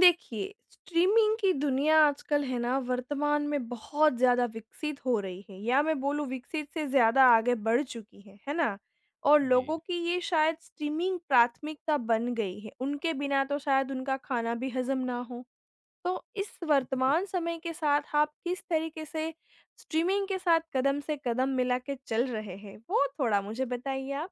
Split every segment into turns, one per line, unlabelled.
देखिए, स्ट्रीमिंग की दुनिया आजकल है ना वर्तमान में बहुत ज़्यादा विकसित हो रही है या मैं बोलूँ विकसित से ज़्यादा आगे बढ़ चुकी है ना? और
जी,
लोगों की ये शायद स्ट्रीमिंग प्राथमिकता बन गई है, उनके बिना तो शायद उनका खाना भी हज़म ना हो। तो इस
बिल्कुल।
वर्तमान समय के साथ आप किस तरीके से स्ट्रीमिंग के साथ कदम से कदम मिला के चल रहे हैं, वो थोड़ा मुझे बताइए आप?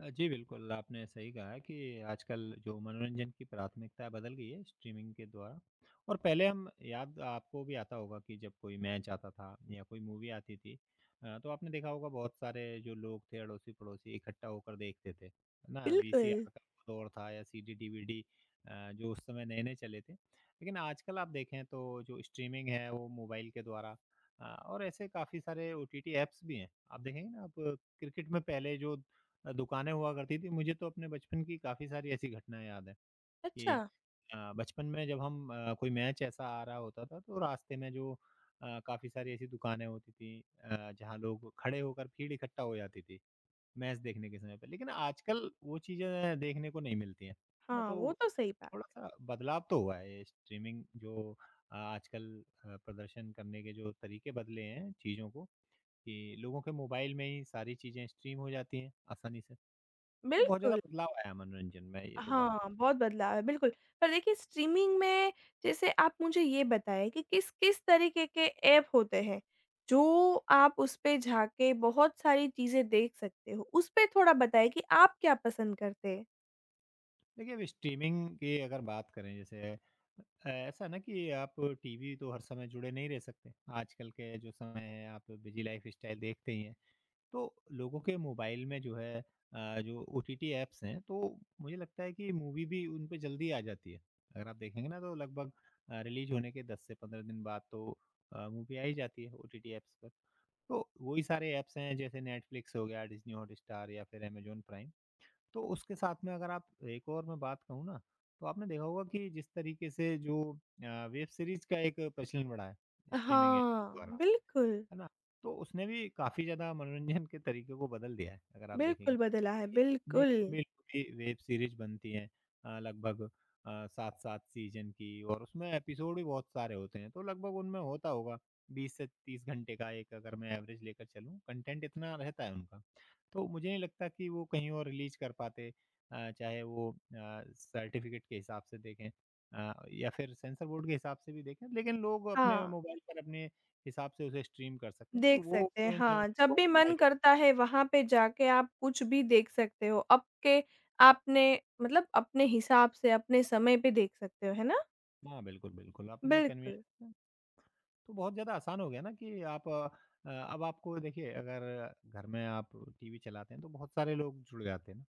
जी, बिल्कुल, आपने सही कहा है कि आजकल जो मनोरंजन की प्राथमिकता बदल गई है स्ट्रीमिंग के द्वारा। और पहले हम याद आपको भी आता होगा कि जब कोई मैच आता था या कोई मूवी आती थी। तो आपने देखा होगा बहुत सारे जो लोग थे अड़ोसी-पड़ोसी इकट्ठा होकर देखते थे, है ना?
बिल्कुल।
वीसीआर का वो दौर था या सीडी, डीवीडी जो उस समय नए-नए चले थे। लेकिन आजकल आप देखें तो जो स्ट्रीमिंग है वो मोबाइल के द्वारा। और ऐसे काफ़ी सारे ओटीटी ऐप्स भी हैं। आप देखेंगे ना, आप क्रिकेट में पहले जो दुकानें हुआ करती थी। मुझे तो अपने बचपन की काफ़ी सारी ऐसी घटनाएँ याद हैं
अच्छा,
कि बचपन में जब हम कोई मैच ऐसा आ रहा होता था तो रास्ते में जो काफ़ी सारी ऐसी दुकानें होती थी, जहाँ लोग खड़े होकर भीड़ इकट्ठा हो जाती थी, मैच देखने के समय पे। लेकिन आजकल वो चीज़ें देखने को नहीं मिलती हैं, ना
हाँ,
तो
वो तो सही बात।
थोड़ा-सा बदलाव तो हुआ है। ये स्ट्रीमिंग जो आजकल प्रदर्शन करने के जो तरीके बदले हैं चीज़ों को कि लोगों के मोबाइल में ही सारी चीज़ें स्ट्रीम हो जाती हैं आसानी से। तो बहुत ज़्यादा
बिल्कुल।
बदलाव आया मनोरंजन में, ये तो बात है।
हाँ, बहुत बदलाव है, बिल्कुल। पर देखिए स्ट्रीमिंग में जैसे आप मुझे ये बताएँ कि किस-किस तरीके के ऐप होते हैं, जो आप उस पे जाके बहुत सारी चीज़ें देख सकते हो? उस पे थोड़ा बताएँ कि आप क्या पसंद करते हैं?
देखिए, अब स्ट्रीमिंग की अगर बात करें जैसे, ऐसा है ना कि आप टीवी तो हर समय जुड़े नहीं रह सकते। आजकल के जो समय है आप बिज़ी लाइफ़स्टाइल देखते ही हैं। तो लोगों के मोबाइल में जो है जो ओटीटी ऐप्स हैं, तो मुझे लगता है कि मूवी भी उन पे जल्दी आ जाती है। अगर आप देखेंगे ना तो लगभग रिलीज़ होने के 10 से 15 दिन बाद तो मूवी आ ही जाती है ओटीटी ऐप्स पर। तो वही सारे ऐप्स हैं जैसे नेटफ्लिक्स हो गया, डिज़नी हॉटस्टार या फिर अमेज़न प्राइम। तो उसके साथ में अगर आप एक और मैं बात कहूँ ना, तो आपने देखा होगा कि जिस तरीके से जो वेब सीरीज़ का एक प्रचलन बढ़ा है, स्ट्रीमिंग ऐप्स
हाँ,
द्वारा।
बिल्कुल।
है ना? तो उसने भी काफ़ी ज़्यादा मनोरंजन के तरीके को बदल दिया है, अगर आप देखेंगे।
बिल्कुल बदला है,
क्योंकि इतने
बिल्कुल।
लंबी लंबी वेब सीरीज़ बनती हैं, लगभग 7-7 सीज़न की, और उसमें एपिसोड भी बहुत सारे होते हैं, तो लगभग उनमें होता होगा 20 से 30 घंटे का। एक अगर मैं एवरेज लेकर चलूँ, कंटेंट इतना रहता है उनका। तो मुझे नहीं लगता कि वो कहीं और रिलीज़ कर पाते, चाहे वो सर्टिफ़िकेट के हिसाब से देखें या फिर सेंसर बोर्ड के हिसाब से भी देखें, लेकिन लोग अपने
हाँ,
मोबाइल पर अपने हिसाब से उसे स्ट्रीम कर सकते हैं, तो
देख
वो
सकते हैं,
जो
हाँ। जब
बहुत
भी
बड़ा
मन करता
योगदान।
है वहाँ पे जाके आप कुछ भी देख सकते हो। अब के आपने मतलब अपने हिसाब से, अपने समय पे देख सकते हो, है ना?
हाँ, बिल्कुल, बिल्कुल, आपने
बिल्कुल।
कन्वीनियंस। तो बहुत ज़्यादा आसान हो गया ना कि आप अब आपको देखिए, अगर घर में आप टीवी चलाते हैं, तो बहुत सारे लोग जुड़ जाते हैं ना।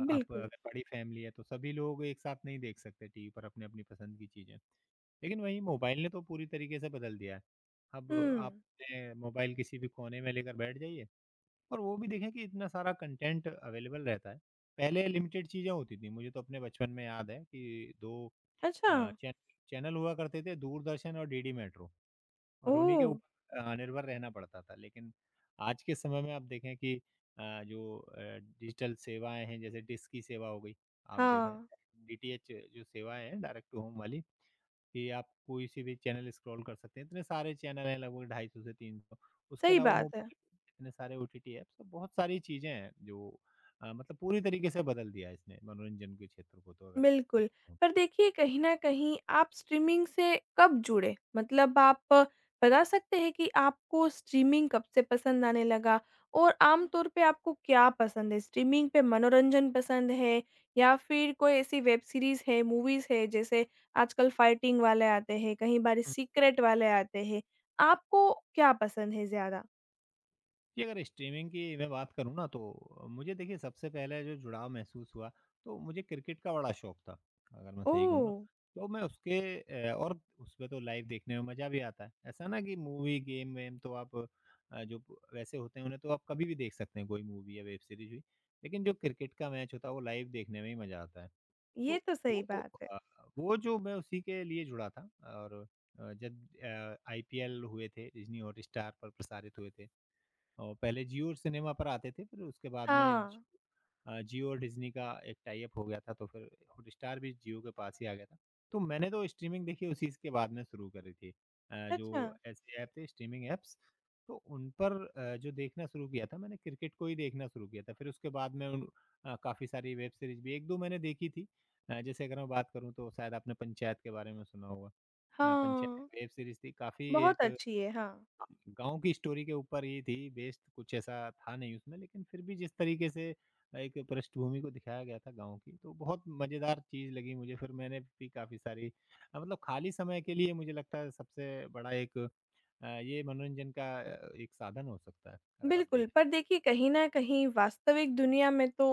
आप
बिल्कुल।
अगर बड़ी फैमिली है, तो सभी लोग एक साथ नहीं देख सकते टीवी पर अपनी-अपनी पसंद की चीज़ें। लेकिन वहीं मोबाइल ने तो पूरी तरीके से बदल दिया है। अब आप
हुँ।
अपने मोबाइल किसी भी कोने में लेकर बैठ जाइए, और वो भी देखें कि इतना सारा कंटेंट अवेलेबल रहता है। पहले लिमिटेड चीज़ें होती थी, मुझे तो अपने बचपन में याद है कि 2
अच्छा,
अ, चै चैनल हुआ करते थे, दूरदर्शन और डीडी मेट्रो, और उन्हीं के
ओह!
ऊपर निर्भर रहना पड़ता था। लेकिन आज के समय में आप देखें कि जो डिजिटल सेवाएँ हैं जैसे डिश की सेवा हो गई, आप देखें
हाँ,
डीटीएच जो सेवाएँ हैं डायरेक्ट टू होम वाली, कि आप कोई सी भी चैनल स्क्रॉल कर सकते हैं। इतने सारे चैनल हैं, लगभग 250 से 300। उसके
सही
अलावा
बात है।
मोबाइल में इतने सारे ओटीटी ऐप्स, तो बहुत सारी चीज़ें हैं जो मतलब पूरी तरीके से बदल दिया है इसने मनोरंजन के क्षेत्र को, तो अगर सही
बिल्कुल,
कहूँ। तो।
पर देखिए कहीं न कहीं आप स्ट्रीमिंग से कब जुड़े? मतलब आप बता सकते हैं कि आपको स्ट्रीमिंग कब से पसंद आने लगा? और आम तौर पे आपको क्या पसंद है? स्ट्रीमिंग पे मनोरंजन पसंद है या फिर कोई ऐसी वेब सीरीज़ है, मूवीज़ है जैसे आजकल फाइटिंग वाले आते हैं, कहीं बार सीक्रेट वाले आते हैं। आपको क्या पसंद है ज़्यादा?
जी, अगर स्ट्रीमिंग की मैं बात करूँ ना, तो मुझे देखिए सबसे पहले जो जुड़ाव महसूस हुआ, तो मुझे क्रिकेट का बड़ा शौक था, अगर मैं सही कहूँ
ओह!
ना। तो मैं उसके और उसमें तो लाइव देखने में मज़ा भी आता है। ऐसा ना कि मूवी, गेम वेम तो आप जो वैसे होते हैं उन्हें तो आप कभी भी देख सकते हैं, कोई मूवी या वेब सीरीज़ हुई। लेकिन जो क्रिकेट का मैच होता है वो लाइव देखने में ही मज़ा आता है।
ये
तो
तो सही
वो
बात है।
अ, वो जो, मैं उसी के लिए जुड़ा था। और जब आईपीएल हुए थे, डिज्नी हॉटस्टार पर प्रसारित हुए थे। और पहले जियो सिनेमा पर आते थे, फिर उसके बाद में
हाँ,
जियो और डिज़नी का एक टाई अप हो गया था, तो फिर हॉटस्टार भी जियो के पास ही आ गया था। तो मैंने तो स्ट्रीमिंग देखी उसी के बाद में शुरू करी थी।
अच्छा,
जो ऐसे ऐप थे स्ट्रीमिंग ऐप्स, तो उन पर जो देखना शुरू किया था, मैंने क्रिकेट को ही देखना शुरू किया था। फिर उसके बाद में उन काफ़ी सारी वेब सीरीज़ भी 1-2 मैंने देखी थी। जैसे अगर मैं बात करूँ तो शायद आपने पंचायत के बारे में सुना होगा। पंचायत
हाँ,
वेब सीरीज़ थी, काफ़ी
बहुत
एक
अच्छी है, हाँ।
गाँव की स्टोरी के ऊपर ही थी, बेस्ड कुछ ऐसा था नहीं उसमें, लेकिन फिर भी जिस तरीके से एक पृष्ठभूमि को दिखाया गया था गाँव की, तो बहुत मज़ेदार चीज़ लगी मुझे। फिर मैंने भी काफ़ी सारी मतलब खाली समय के लिए मुझे लगता है सबसे बड़ा एक ये मनोरंजन का एक साधन हो सकता है, अगर आप
बिल्कुल,
देखें।
पर देखिए कहीं न कहीं वास्तविक दुनिया में तो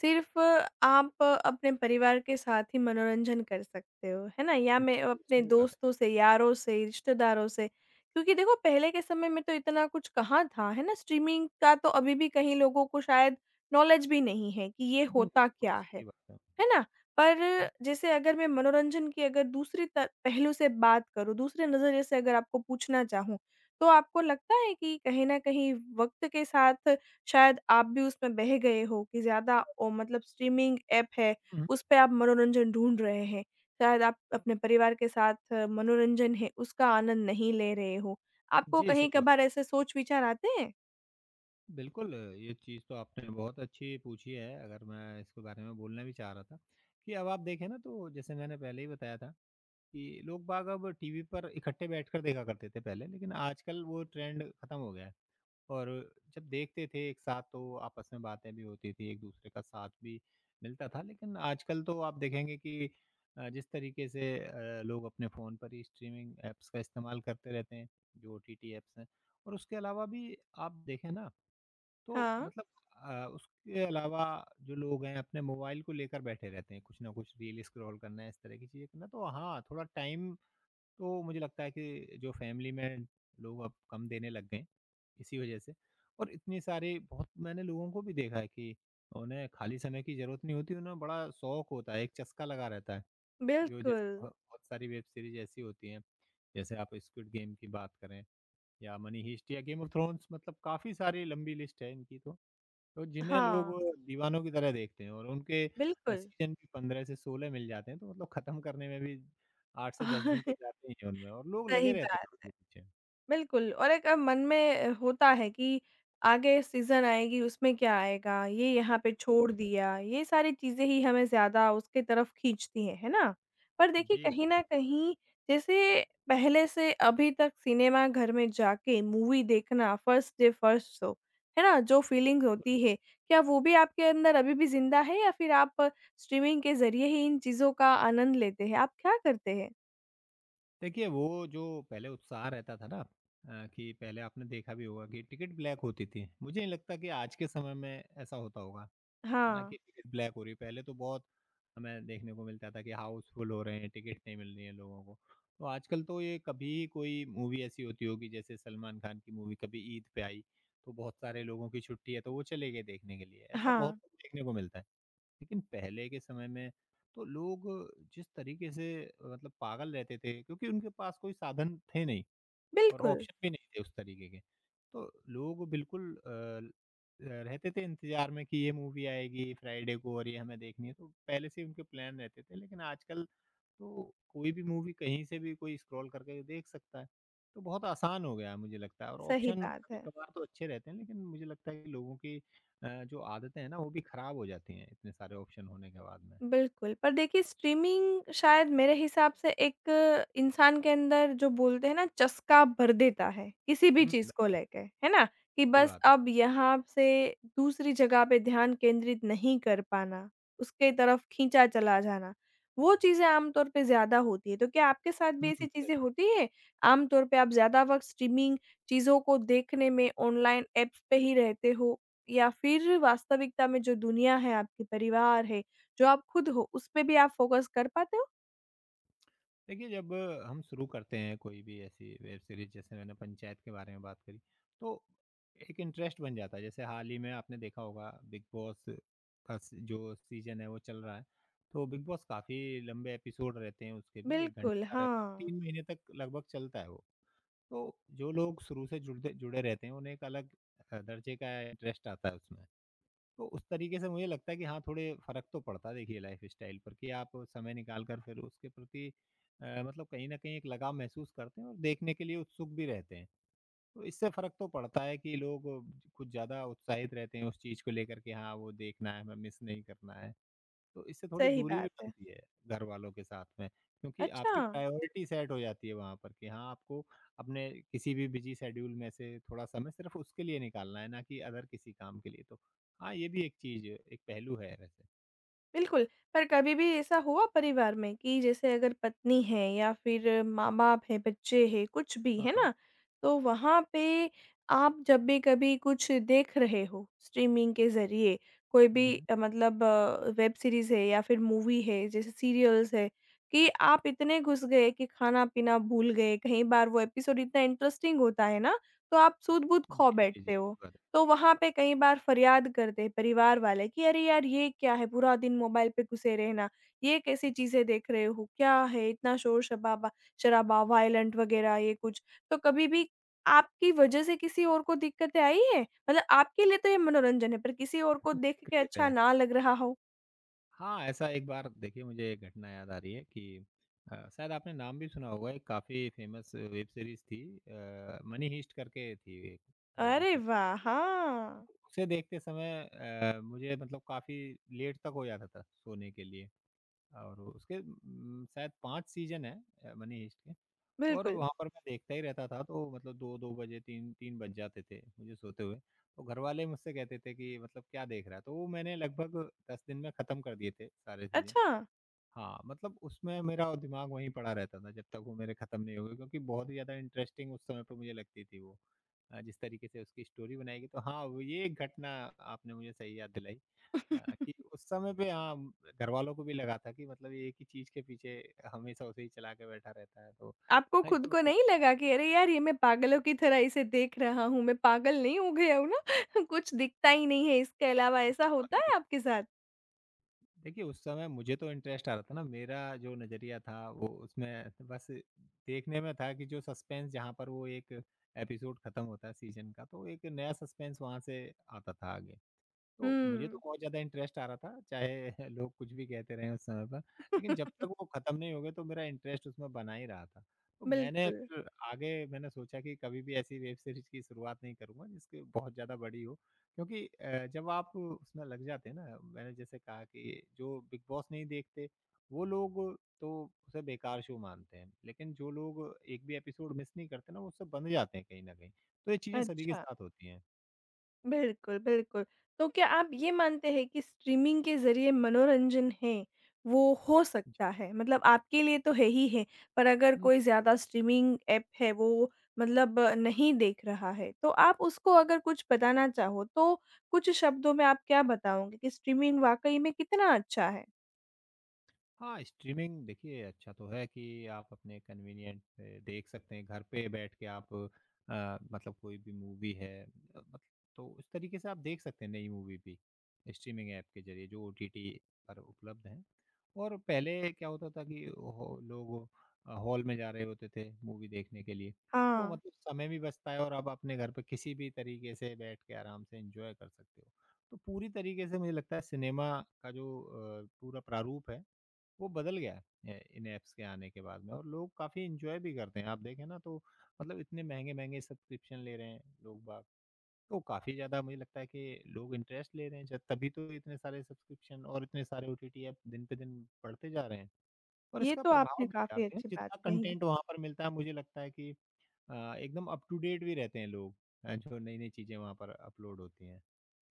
सिर्फ़ आप अपने परिवार के साथ ही मनोरंजन कर सकते हो, है ना? या
हुँ,
मैं
बिल्कुल
अपने
सही बात है।
दोस्तों से, यारों से, रिश्तेदारों से क्योंकि देखो पहले के समय में तो इतना कुछ कहाँ था, है ना? स्ट्रीमिंग का तो अभी भी कहीं लोगों को शायद नॉलेज भी नहीं है कि ये
हुँ,
होता
बिल्कुल
क्या है।
सही बात है।
है ना? पर जैसे अगर मैं मनोरंजन की अगर दूसरी त पहलू से बात करूँ, दूसरे नज़रिए से अगर आपको पूछना चाहूँ, तो आपको लगता है कि कहीं न कहीं वक़्त के साथ शायद आप भी उसमें बह गए हो कि ज़्यादा ओ मतलब स्ट्रीमिंग ऐप है,
हुँ,
उस पे आप मनोरंजन ढूँढ रहे हैं। शायद आप अपने परिवार के साथ मनोरंजन है, उसका आनंद नहीं ले रहे हो। आपको
जी, सही बात
कहीं-कभार
है।
ऐसे सोच-विचार आते हैं?
बिल्कुल, ये चीज़ तो आपने बहुत अच्छी पूछी है, अगर मैं इसके बारे में बोलना भी चाह रहा था, कि अब आप देखें ना तो जैसे मैंने पहले ही बताया था कि लोग बाग अब टीवी पर इकट्ठे बैठकर देखा करते थे पहले, लेकिन आजकल वो ट्रेंड खत्म हो गया है। और जब देखते थे एक साथ तो आपस में बातें भी होती थी, एक दूसरे का साथ भी मिलता था, लेकिन आजकल तो आप देखेंगे कि जिस तरीके से लोग अपने फ़ोन पर ही स्ट्रीमिंग ऐप्स का इस्तेमाल करते रहते हैं, जो ओटीटी ऐप्स हैं, और उसके अलावा भी आप देखें ना, तो
हाँ,
मतलब उसके अलावा जो लोग हैं अपने मोबाइल को लेकर बैठे रहते हैं, कुछ ना कुछ रील स्क्रॉल करना है, इस तरह की चीज़ें करना, तो हाँ, थोड़ा टाइम तो मुझे लगता है कि जो फैमिली में लोग अब कम देने लग गए हैं, इसी वजह से। और इतने सारे बहुत मैंने लोगों को भी देखा है कि उन्हें खाली समय की ज़रूरत नहीं होती, उन्हें बड़ा शौक होता है, एक चस्का लगा रहता है। जो जैसे
बिल्कुल।
ब बहुत सारी वेब सीरीज़ ऐसी होती हैं, जैसे आप स्क्विड गेम की बात करें या मनी हीस्ट या गेम ऑफ थ्रोन्स, मतलब काफ़ी सारी लंबी लिस्ट है इनकी तो। तो जिन्हें लोग
हाँ,
दीवानों की तरह देखते हैं और उनके
बिल्कुल।
सीज़न भी 15 से 16 मिल जाते हैं, तो मतलब खत्म करने में भी 8 से 10 दिन तो जाते ही हैं उनमें, और लोग लगे
सही
रहते हैं
बात।
उसके पीछे।
बिल्कुल और एक मन में होता है कि आगे सीज़न आएगी, उसमें क्या आएगा? ये यहाँ पे
बिल्कुल।
छोड़ दिया। ये सारी चीज़ें ही हमें ज़्यादा उसके तरफ खींचती हैं, है ना? पर देखिए
जी,
कहीं न कहीं जैसे पहले से अभी तक सिनेमा घर में जाके मूवी देखना फर्स्ट डे फर्स्ट शो, है ना? जो फीलिंग होती है, क्या वो भी आपके अंदर अभी भी ज़िंदा है या फिर आप स्ट्रीमिंग के ज़रिए ही इन चीज़ों का आनंद लेते हैं? आप क्या करते हैं?
देखिए वो जो पहले उत्साह रहता था ना, कि पहले आपने देखा भी होगा कि टिकट ब्लैक होती थी। मुझे नहीं लगता कि आज के समय में ऐसा होता होगा। है ना?
हाँ,
कि टिकट ब्लैक हो रही है। पहले तो बहुत हमें देखने को मिलता था कि हाउसफुल हो रहे हैं, टिकट नहीं मिल रही है लोगों को। तो आजकल तो ये कभी कोई मूवी ऐसी होती होगी जैसे सलमान खान की मूवी कभी ईद पे आई, तो बहुत सारे लोगों की छुट्टी है तो वो चले गए देखने के लिए। ऐसा
हाँ,
बहुत कुछ देखने को मिलता है। लेकिन पहले के समय में तो लोग जिस तरीके से मतलब पागल रहते थे, क्योंकि उनके पास कोई साधन थे नहीं। और
बिल्कुल,
ऑप्शन भी नहीं थे उस तरीके के। तो लोग बिल्कुल अ, ल रहते थे इंतज़ार में कि ये मूवी आएगी फ्राइडे को और ये हमें देखनी है, तो पहले से ही उनके प्लान रहते थे। लेकिन आजकल तो कोई भी मूवी कहीं से भी कोई स्क्रॉल करके देख सकता है। तो बहुत आसान हो गया है मुझे लगता है, और
सही
ऑप्शन
बात है।
कभी-कभार तो अच्छे रहते हैं, लेकिन मुझे लगता है कि लोगों की जो आदतें हैं ना, वो भी खराब हो जाती हैं इतने सारे ऑप्शन होने के बाद में।
बिल्कुल, पर देखिए स्ट्रीमिंग शायद मेरे हिसाब से एक इंसान के अंदर जो बोलते हैं ना चस्का भर देता है, किसी भी
हुँ,
चीज़ को
बिल्कुल।
लेके, है ना? कि
सही
बस
बात है।
अब यहाँ से दूसरी जगह पे ध्यान केंद्रित नहीं कर पाना, उसके तरफ खींचा चला जाना, वो चीज़ें आम तौर पे ज़्यादा होती है। तो क्या आपके साथ भी
हुँ,
ऐसी
हुँ,
चीज़ें
सही।
होती हैं? आम तौर पे आप ज़्यादा वक़्त स्ट्रीमिंग चीज़ों को देखने में ऑनलाइन ऐप्स पे ही रहते हो या फिर वास्तविकता में जो दुनिया है, आपके परिवार है, जो आप खुद हो, उसपे भी आप फ़ोकस कर पाते हो?
देखिए, जब हम शुरू करते हैं कोई भी ऐसी वेब सीरीज़ जैसे मैंने पंचायत के बारे में बात करी, तो एक इंटरेस्ट बन जाता है। जैसे हाल ही में आपने देखा होगा बिग बॉस का स जो सीज़न है वो चल रहा है, तो बिग बॉस काफ़ी लंबे एपिसोड रहते हैं उसके भी, 1 घंटे
बिल्कुल,
का रहता है और
हाँ।
3 महीने तक लगभग चलता है वो। तो जो लोग शुरू से जुड़ते जुड़े रहते हैं उन्हें एक अलग दर्जे का इंटरेस्ट आता है उसमें। तो उस तरीके से मुझे लगता है कि हाँ, थोड़े फ़र्क तो पड़ता है देखिए लाइफ़स्टाइल पर कि आप समय निकाल कर फिर उसके प्रति मतलब कहीं न कहीं एक लगाव महसूस करते हैं और देखने के लिए उत्सुक भी रहते हैं। तो इससे फ़र्क तो पड़ता है कि लोग कुछ ज़्यादा उत्साहित रहते हैं उस चीज़ को लेकर के हाँ, वो देखना है, हमें मिस नहीं करना है। तो इससे थोड़ी
सही
दूरी भी
बात है।
बनती है घर वालों के साथ में क्योंकि
अच्छा!
आपकी प्रायोरिटी सेट हो जाती है वहाँ पर कि हाँ आपको अपने किसी भी बिजी शेड्यूल में से थोड़ा समय सिर्फ उसके लिए निकालना है ना कि अदर किसी काम के लिए तो हाँ ये भी एक चीज़ एक पहलू है वैसे।
बिल्कुल, पर कभी भी ऐसा हुआ परिवार में कि जैसे अगर पत्नी है या फिर माँ-बाप हैं, बच्चे हैं, कुछ भी,
हाँ,
है
हाँ।
ना? तो वहाँ पे आप जब भी कभी कुछ देख रहे हो स्ट्रीमिंग के ज़रिए, कोई भी
हुँ।
मतलब वेब सीरीज़ है या फिर मूवी है, जैसे सीरियल्स है, कि आप इतने घुस गए कि खाना-पीना भूल गए, कई बार वो एपिसोड इतना इंटरेस्टिंग होता है ना, तो आप सूध-बूध
जी,
खो
जी, जी।
बैठते हो।
सही बात
तो वहाँ पे कई बार फरियाद करते हैं परिवार वाले कि अरे यार ये क्या है पूरा दिन मोबाइल पे घुसे रहना, ये कैसी चीज़ें देख रहे हो? क्या है इतना शोर-शबाबा शराबा, शराबा वायलेंट वग़ैरह ये कुछ। तो कभी भी आपकी वज़ह से किसी और को दिक्कतें आई हैं? मतलब आपके लिए तो ये मनोरंजन है पर किसी और को
है।
देख
के
के
लिए तो
अच्छा
है।
ना लग रहा हो?
हाँ, ऐसा एक बार देखिए मुझे एक घटना याद आ रही है कि शायद आपने नाम भी सुना होगा एक काफ़ी फ़ेमस वेब सीरीज़ थी मनी हीस्ट करके थी एक जो
अरे
सीरीज़
वाह! हाँ,
उसे देखते समय मुझे मतलब काफ़ी लेट तक हो जाता था सोने के लिए और उसके शायद 5 सीज़न हैं मनी हाइस्ट के और
बिल्कुल।
वहाँ पर मैं देखता ही रहता था तो मतलब 2-2 बजे 3-3 बज जाते थे मुझे सोते हुए। तो घरवाले मुझसे कहते थे कि मतलब क्या देख रहा है? तो वो मैंने लगभग 10 दिन में ख़त्म कर दिए थे सारे सीज़न।
अच्छा।
हाँ, मतलब उसमें मेरा दिमाग वहीं पड़ा रहता था जब तक वो मेरे खत्म नहीं हो गए क्योंकि बहुत ही ज़्यादा इंटरेस्टिंग उस समय पे मुझे लगती थी वो। जिस तरीके से उसकी स्टोरी बनाई गई तो हाँ, वो ये घटना आपने मुझे सही याद दिलाई कि उस समय पे हाँ, घरवालों को भी लगा था कि मतलब ये एक ही चीज़ के पीछे हमेशा उसे ही चला के बैठा रहता है तो
आपको
हाँ, ये
खुद
तो
को नहीं लगा कि अरे यार ये मैं पागलों की तरह इसे देख रहा हूँ, मैं पागल नहीं हो गया हूँ ना? कुछ दिखता ही नहीं है इसके अलावा, ऐसा होता
हाँ,
है आपके साथ?
देखिए, उस समय मुझे तो इंटरेस्ट आ रहा था ना, मेरा जो नज़रिया था वो उसमें बस देखने में था कि जो सस्पेंस जहाँ पर वो एक एपिसोड खत्म होता है सीज़न का, तो एक नया सस्पेंस वहाँ से आता था आगे। तो मुझे तो
हुँ,
बहुत ज़्यादा इंटरेस्ट आ रहा था, चाहे लोग कुछ भी कहते रहें उस समय पर, लेकिन जब तक वो ख़त्म नहीं हो गए, तो मेरा इंटरेस्ट उसमें बना ही रहा था। तो मैंने
बिल्कुल,
फिर आगे मैंने सोचा कि कभी भी ऐसी वेब सीरीज़ की शुरुआत नहीं करूँगा, जिसकी बहुत ज़्यादा बड़ी हो। क्योंकि जब आप उसमें लग जाते हैं ना, मैंने जैसे कहा कि जो बिग बॉस नहीं देखते, वो लोग तो उसे बेकार शो मानते हैं, लेकिन जो लोग एक भी एपिसोड मिस नहीं करते ना, वो उससे बंध जाते हैं कहीं न कहीं। तो ये चीज़ें सभी के
अच्छा।
साथ होती हैं।
बिल्कुल, बिल्कुल। तो क्या आप ये मानते हैं कि स्ट्रीमिंग के ज़रिए मनोरंजन है, वो हो
जी।
सकता है? मतलब आपके लिए तो है ही है, पर अगर कोई ज़्यादा स्ट्रीमिंग ऐप है, वो मतलब नहीं देख रहा है, तो आप उसको अगर कुछ बताना चाहो, तो कुछ शब्दों में आप क्या बताओगे कि स्ट्रीमिंग वाक़ई में कितना अच्छा है?
हाँ, स्ट्रीमिंग देखिए अच्छा तो है कि आप अपने कन्वीनिएंट पे देख सकते हैं, घर पे बैठ के आप मतलब कोई भी मूवी है अ, मत तो उस तरीके से आप देख सकते हैं नई मूवी भी, स्ट्रीमिंग ऐप के ज़रिए जो ओटीटी पर उपलब्ध हैं। और पहले क्या होता था कि हो लोग हॉल में जा रहे होते थे मूवी देखने के लिए, तो
हाँ,
मतलब समय भी बचता है और आप अपने घर पे किसी भी तरीके से बैठ के आराम से एन्जॉय कर सकते हो। तो पूरी तरीके से मुझे लगता है सिनेमा का जो पूरा प्रारूप है वो बदल गया है, इन ऐप्स के आने के बाद में और लोग काफ़ी एन्जॉय भी करते हैं। आप देखें ना तो मतलब इतने महँगे-महँगे सब्सक्रिप्शन ले रहे हैं लोग बाग, तो काफ़ी ज़्यादा मुझे लगता है कि लोग इंटरेस्ट ले रहे हैं ज तभी तो इतने सारे सब्सक्रिप्शन और इतने सारे ओटीटी ऐप दिन पे दिन बढ़ते जा रहे हैं। और
ये
इसका
तो आपने
प्रभाव भी है आप
काफ़ी
देखें
अच्छी बात
जितना
कही।
कंटेंट वहाँ पर मिलता है मुझे लगता है कि एकदम अप टू डेट भी रहते हैं लोग जो नई-नई चीज़ें वहाँ पर अपलोड होती हैं।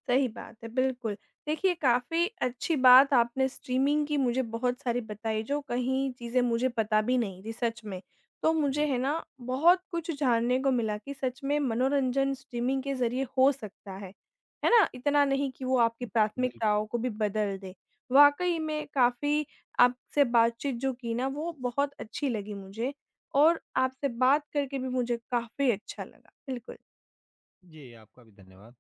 सही बात है, बिल्कुल। देखिए, काफ़ी अच्छी बात आपने स्ट्रीमिंग की मुझे बहुत सारी बताई, जो कहीं चीज़ें मुझे पता भी नहीं थी सच में। तो मुझे
जी।
है ना, बहुत कुछ जानने को मिला कि सच में मनोरंजन स्ट्रीमिंग के ज़रिए हो सकता है। है ना? इतना नहीं कि वो आपकी
बिल्क
प्राथमिकताओं को भी बदल दे। वाक़ई में काफ़ी आपसे बातचीत जो की ना, वो बहुत अच्छी लगी मुझे और आपसे बात करके भी मुझे काफ़ी अच्छा लगा। बिल्कुल।
जी, आपका भी धन्यवाद।